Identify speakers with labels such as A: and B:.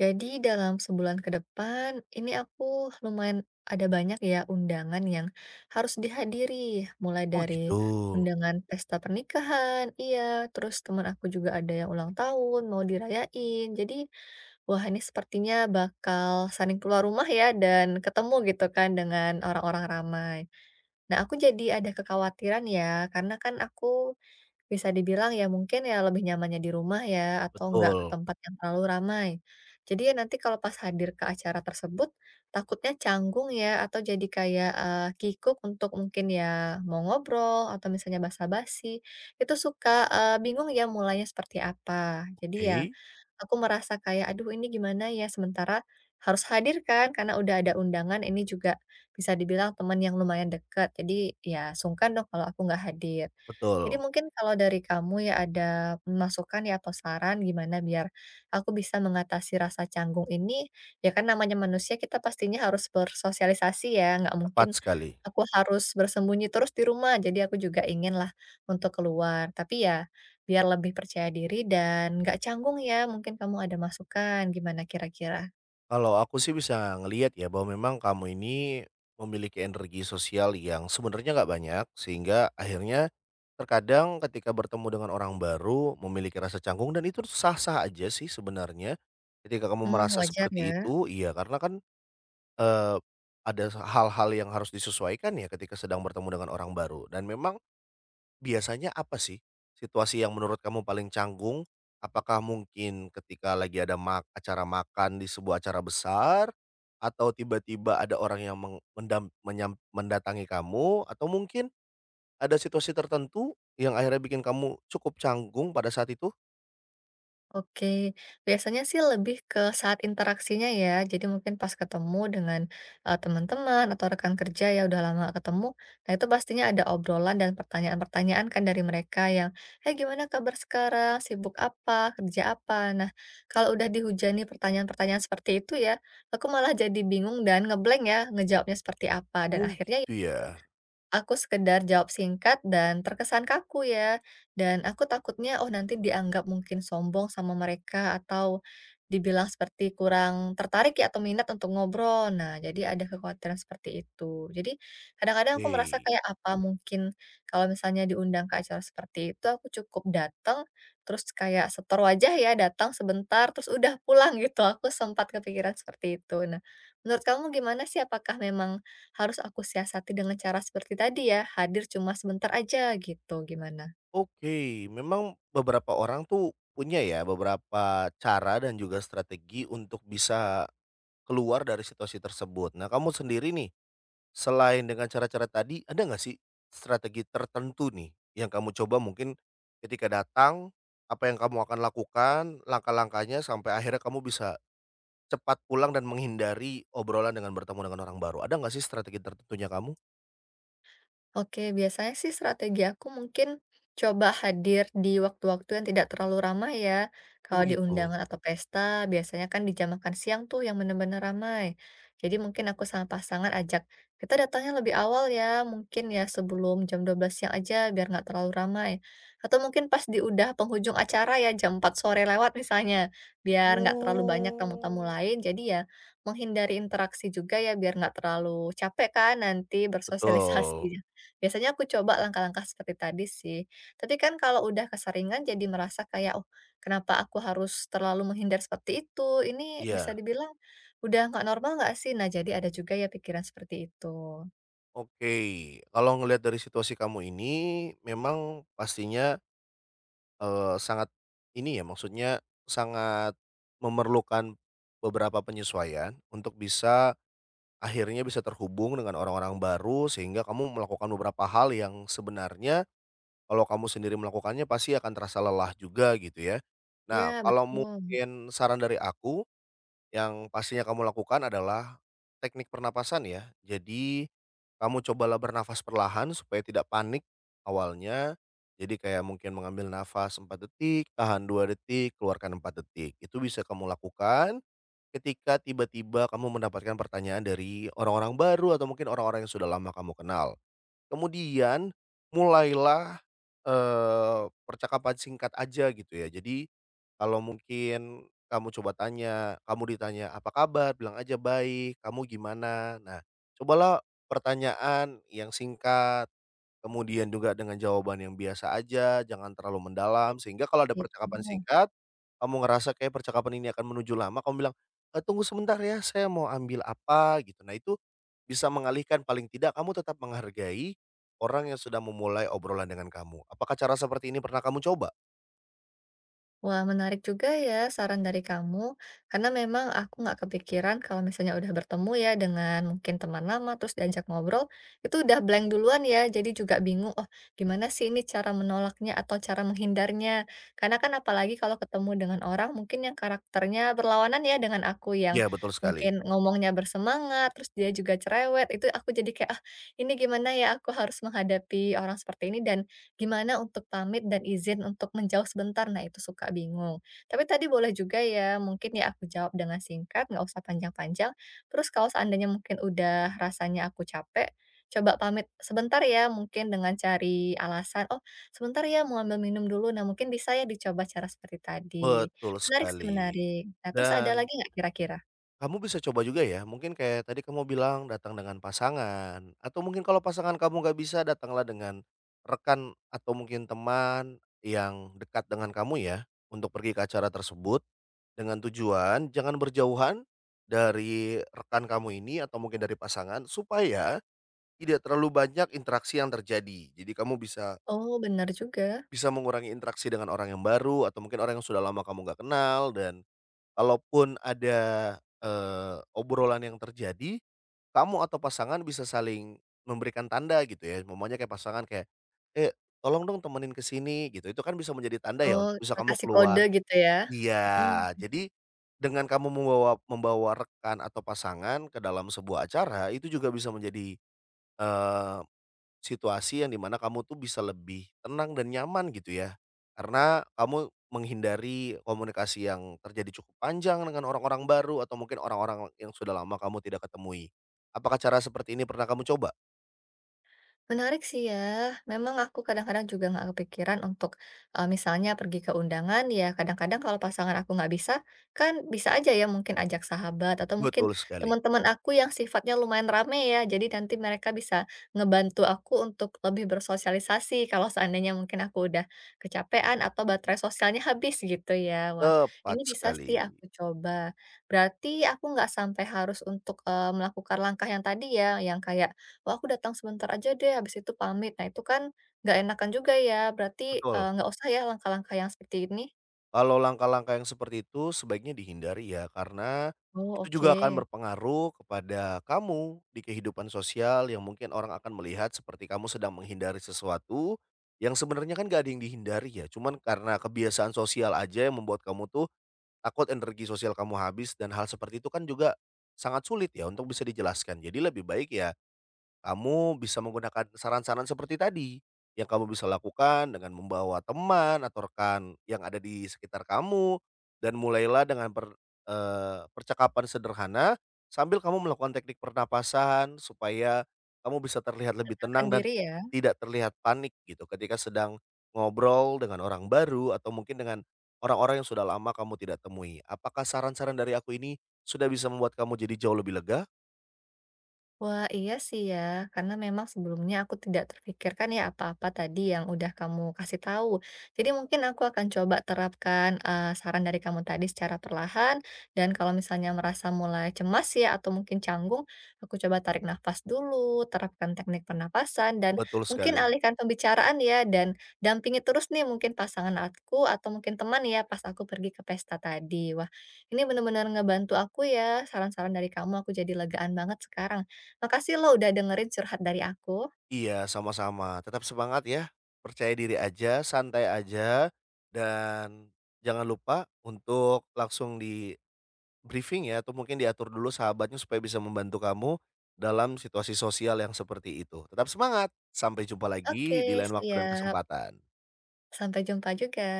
A: Jadi dalam sebulan ke depan ini aku lumayan ada banyak ya undangan yang harus dihadiri, mulai
B: Oh
A: dari
B: gitu,
A: undangan pesta pernikahan, iya, terus teman aku juga ada yang ulang tahun mau dirayain. Jadi, wah ini sepertinya bakal sering keluar rumah ya dan ketemu gitu kan dengan orang-orang ramai. Nah, aku jadi ada kekhawatiran ya, karena kan aku bisa dibilang ya mungkin ya lebih nyamannya di rumah ya, atau nggak ke
B: betul,
A: tempat yang terlalu ramai. Jadi ya nanti kalau pas hadir ke acara tersebut, takutnya canggung ya, atau jadi kayak, kikuk untuk mungkin ya mau ngobrol atau misalnya basa-basi, itu suka, bingung ya mulainya seperti apa. Jadi ya
B: oke,
A: aku merasa kayak, "Aduh ini gimana ya?" Sementara harus hadir kan karena udah ada undangan, ini juga bisa dibilang teman yang lumayan dekat. Jadi ya sungkan dong kalau aku nggak hadir. Jadi
B: betul,
A: mungkin kalau dari kamu ya ada masukan ya atau saran gimana biar aku bisa mengatasi rasa canggung ini, ya kan namanya manusia kita pastinya harus bersosialisasi ya, nggak mungkin
B: tepat sekali.
A: aku harus bersembunyi terus di rumah. Jadi aku juga inginlah untuk keluar. Tapi ya biar lebih percaya diri dan nggak canggung ya, mungkin kamu ada masukan, gimana kira-kira?
B: Kalau aku sih bisa ngelihat ya bahwa memang kamu ini memiliki energi sosial yang sebenarnya nggak banyak, sehingga akhirnya terkadang ketika bertemu dengan orang baru memiliki rasa canggung dan itu sah-sah aja sih sebenarnya. Ketika kamu
A: Mmm,
B: merasa
A: wajar
B: seperti
A: ya?
B: itu, iya karena kan eee, ada hal-hal yang harus disesuaikan ya ketika sedang bertemu dengan orang baru dan memang biasanya apa sih situasi yang menurut kamu paling canggung? Apakah mungkin ketika lagi ada mak acara makan di sebuah acara besar? Atau tiba-tiba ada orang yang meng mendam menyam mendatangi kamu? Atau mungkin ada situasi tertentu yang akhirnya bikin kamu cukup canggung pada saat itu?
A: Oke. Biasanya sih lebih ke saat interaksinya ya, jadi mungkin pas ketemu dengan, teman-teman atau rekan kerja ya udah lama nggak ketemu, nah itu pastinya ada obrolan dan pertanyaan-pertanyaan kan dari mereka yang, "Hey, gimana kabar sekarang? Sibuk apa? Kerja apa?" Nah, kalau udah dihujani pertanyaan-pertanyaan seperti itu ya, aku malah jadi bingung dan ya ngejawabnya seperti apa, dan
B: Oh
A: akhirnya ya
B: gitu ya?
A: aku sekedar jawab singkat dan terkesan kaku ya. Dan aku takutnya, oh nanti dianggap mungkin sombong sama mereka atau dibilang seperti kurang tertarik ya atau minat untuk ngobrol. Nah, jadi ada kekhawatiran seperti itu. Jadi kadang-kadang
B: Oke.
A: aku merasa
B: Oke.
A: kayak apa mungkin kalau misalnya diundang ke acara seperti itu, aku cukup datang, terus kayak setor wajah ya, datang sebentar, terus udah pulang gitu. Aku sempat kepikiran seperti itu. Nah, menurut kamu gimana sih? Apakah memang harus aku siasati dengan cara seperti tadi ya, hadir cuma sebentar aja gitu, gimana?
B: Oke, memang beberapa orang tuh punya ya beberapa cara dan juga strategi untuk bisa keluar dari situasi tersebut. Nah, kamu sendiri nih, selain dengan cara-cara tadi, ada nggak sih strategi tertentu nih yang kamu coba mungkin ketika datang, apa yang kamu akan lakukan, langkah-langkahnya sampai akhirnya kamu bisa cepat pulang dan menghindari obrolan dengan bertemu dengan orang baru. Ada nggak sih strategi tertentunya kamu?
A: Oke, biasanya sih strategi aku mungkin coba hadir di waktu-waktu yang tidak terlalu ramai ya.
B: Oh
A: Kalau di
B: begitu.
A: undangan atau pesta, biasanya kan di jam makan siang tuh yang benar-benar ramai. Jadi mungkin aku sama pasangan ajak, kita datangnya lebih awal ya, mungkin ya sebelum jam 12 siang aja biar nggak terlalu ramai. Atau mungkin pas di udah penghujung acara ya jam 4 sore lewat misalnya, biar nggak terlalu banyak tamu-tamu
B: Oh.
A: lain. Jadi ya menghindari interaksi juga ya biar nggak terlalu capek kan nanti
B: Betul,
A: bersosialisasi. Biasanya aku coba langkah-langkah seperti tadi sih. Tapi kan kalau udah keseringan jadi merasa kayak, "Oh, kenapa aku harus terlalu menghindar seperti itu? Ini bisa
B: iya,
A: dibilang udah nggak normal nggak sih?" Nah, jadi ada juga ya pikiran seperti itu.
B: oke. Kalau ngelihat dari situasi kamu ini, memang pastinya sangat ini ya, maksudnya sangat memerlukan beberapa penyesuaian untuk bisa akhirnya bisa terhubung dengan orang-orang baru, sehingga kamu melakukan beberapa hal yang sebenarnya kalau kamu sendiri melakukannya pasti akan terasa lelah juga gitu ya. Nah,
A: Iya,
B: kalau
A: betul.
B: mungkin saran dari aku yang pastinya kamu lakukan adalah teknik pernapasan ya. Jadi, kamu cobalah bernafas perlahan supaya tidak panik awalnya. Jadi kayak mungkin mengambil nafas 4 detik, tahan 2 detik, keluarkan 4 detik. Itu bisa kamu lakukan ketika tiba-tiba kamu mendapatkan pertanyaan dari orang-orang baru atau mungkin orang-orang yang sudah lama kamu kenal. Kemudian mulailah, percakapan singkat aja gitu ya. Jadi kalau mungkin kamu coba tanya, kamu ditanya, "Apa kabar?" Bilang aja, "Baik, kamu gimana?" Nah, cobalah pertanyaan yang singkat. Kemudian juga dengan jawaban yang biasa aja, jangan terlalu mendalam, sehingga kalau ada percakapan
A: Gitu.
B: singkat, kamu ngerasa kayak percakapan ini akan menuju lama, kamu bilang, "Eee, tunggu sebentar ya, saya mau ambil apa," gitu. Nah itu bisa mengalihkan, paling tidak kamu tetap menghargai orang yang sudah memulai obrolan dengan kamu. Apakah cara seperti ini pernah kamu coba?
A: Wah, menarik juga ya saran dari kamu, karena memang aku nggak kepikiran kalau misalnya udah bertemu ya dengan mungkin teman lama, terus diajak ngobrol, itu udah blank duluan ya, jadi juga bingung, oh gimana sih ini cara menolaknya atau cara menghindarnya. Karena kan apalagi kalau ketemu dengan orang mungkin yang karakternya berlawanan ya dengan aku yang
B: Iya, betul sekali,
A: mungkin ngomongnya bersemangat, terus dia juga cerewet, itu aku jadi kayak, ah ini gimana ya aku harus menghadapi orang seperti ini dan gimana untuk pamit dan izin untuk menjauh sebentar? Nah, itu suka bingung. Tapi tadi boleh juga ya, mungkin ya aku jawab dengan singkat, nggak usah panjang-panjang. Terus kalau seandainya mungkin udah rasanya aku capek, coba pamit sebentar ya, mungkin dengan cari alasan, "Oh, sebentar ya mau ambil minum dulu." Nah, mungkin bisa ya dicoba cara seperti tadi.
B: betul
A: Menarik sih,
B: sekali.
A: menarik. Nah, terus ada
B: Dan
A: lagi nggak kira-kira?
B: kamu bisa coba juga ya, mungkin kayak tadi kamu bilang datang dengan pasangan, atau mungkin kalau pasangan kamu nggak bisa datanglah dengan rekan atau mungkin teman yang dekat dengan kamu ya, untuk pergi ke acara tersebut dengan tujuan jangan berjauhan dari rekan kamu ini atau mungkin dari pasangan supaya tidak terlalu banyak interaksi yang terjadi. Jadi kamu bisa
A: Oh, benar juga.
B: bisa mengurangi interaksi dengan orang yang baru atau mungkin orang yang sudah lama kamu nggak kenal dan kalaupun ada, obrolan yang terjadi, kamu atau pasangan bisa saling memberikan tanda gitu ya, momennya kayak pasangan kayak, "Eh, tolong dong temenin ke sini," gitu. Itu kan bisa menjadi tanda ya
A: Oh,
B: untuk bisa kamu
A: kasih kode
B: keluar.
A: gitu ya?
B: Iya,
A: Mhm.
B: jadi dengan kamu membawa membawa rekan atau pasangan ke dalam sebuah acara, itu juga bisa menjadi situasi yang dimana kamu tuh bisa lebih tenang dan nyaman gitu ya, karena kamu menghindari komunikasi yang terjadi cukup panjang dengan orang-orang baru atau mungkin orang-orang yang sudah lama kamu tidak ketemui. Apakah cara seperti ini pernah kamu coba?
A: Menarik sih ya. Memang aku kadang-kadang juga nggak kepikiran untuk misalnya pergi ke undangan ya. Kadang-kadang kalau pasangan aku nggak bisa, kan bisa aja ya mungkin ajak sahabat atau mungkin
B: Betul sekali,
A: teman-teman aku yang sifatnya lumayan rame ya. Jadi nanti mereka bisa ngebantu aku untuk lebih bersosialisasi kalau seandainya mungkin aku udah kecapean atau baterai sosialnya habis gitu ya. Wah,
B: tepat
A: ini bisa sih
B: sekali,
A: aku coba. Berarti aku nggak sampai harus untuk melakukan langkah yang tadi ya, yang kayak "Wah aku datang sebentar aja deh, habis itu pamit." Nah, itu kan nggak enakan juga ya, berarti,
B: betul.
A: nggak usah ya langkah-langkah yang seperti ini.
B: Kalau langkah-langkah yang seperti itu sebaiknya dihindari ya, karena
A: Oh,
B: itu juga akan
A: oke.
B: berpengaruh kepada kamu di kehidupan sosial yang mungkin orang akan melihat seperti kamu sedang menghindari sesuatu yang sebenarnya kan gak ada yang dihindari ya, cuman karena kebiasaan sosial aja yang membuat kamu tuh takut energi sosial kamu habis dan hal seperti itu kan juga sangat sulit ya untuk bisa dijelaskan. Jadi lebih baik ya kamu bisa menggunakan saran-saran seperti tadi, yang kamu bisa lakukan dengan membawa teman atau rekan yang ada di sekitar kamu, dan mulailah dengan percakapan sederhana, sambil kamu melakukan teknik pernapasan supaya kamu bisa terlihat lebih
A: Tenangkan
B: tenang dan
A: diri ya.
B: tidak terlihat panik gitu ketika sedang ngobrol dengan orang baru atau mungkin dengan orang-orang yang sudah lama kamu tidak temui. Apakah saran-saran dari aku ini sudah bisa membuat kamu jadi jauh lebih lega?
A: Wah, iya sih ya, karena memang sebelumnya aku tidak terpikirkan ya apa-apa tadi yang udah kamu kasih tahu. Jadi mungkin aku akan coba terapkan saran dari kamu tadi secara perlahan dan kalau misalnya merasa mulai cemas ya atau mungkin canggung, aku coba tarik nafas dulu, terapkan teknik pernapasan dan
B: Betul
A: mungkin
B: sekali.
A: alihkan pembicaraan ya dan dampingi terus nih mungkin pasangan aku atau mungkin teman ya pas aku pergi ke pesta tadi. Wah, ini benar-benar ngebantu aku ya, saran-saran dari kamu aku jadi legaan banget sekarang. Makasih lo udah dengerin curhat dari aku.
B: Iya, sama-sama. Tetap semangat ya, percaya diri aja, santai aja, dan jangan lupa untuk langsung di-briefing ya, atau mungkin diatur dulu sahabatnya supaya bisa membantu kamu dalam situasi sosial yang seperti itu. Tetap semangat, sampai jumpa lagi di
A: Oke,
B: lain waktu dan
A: siap.
B: kesempatan.
A: Sampai jumpa juga.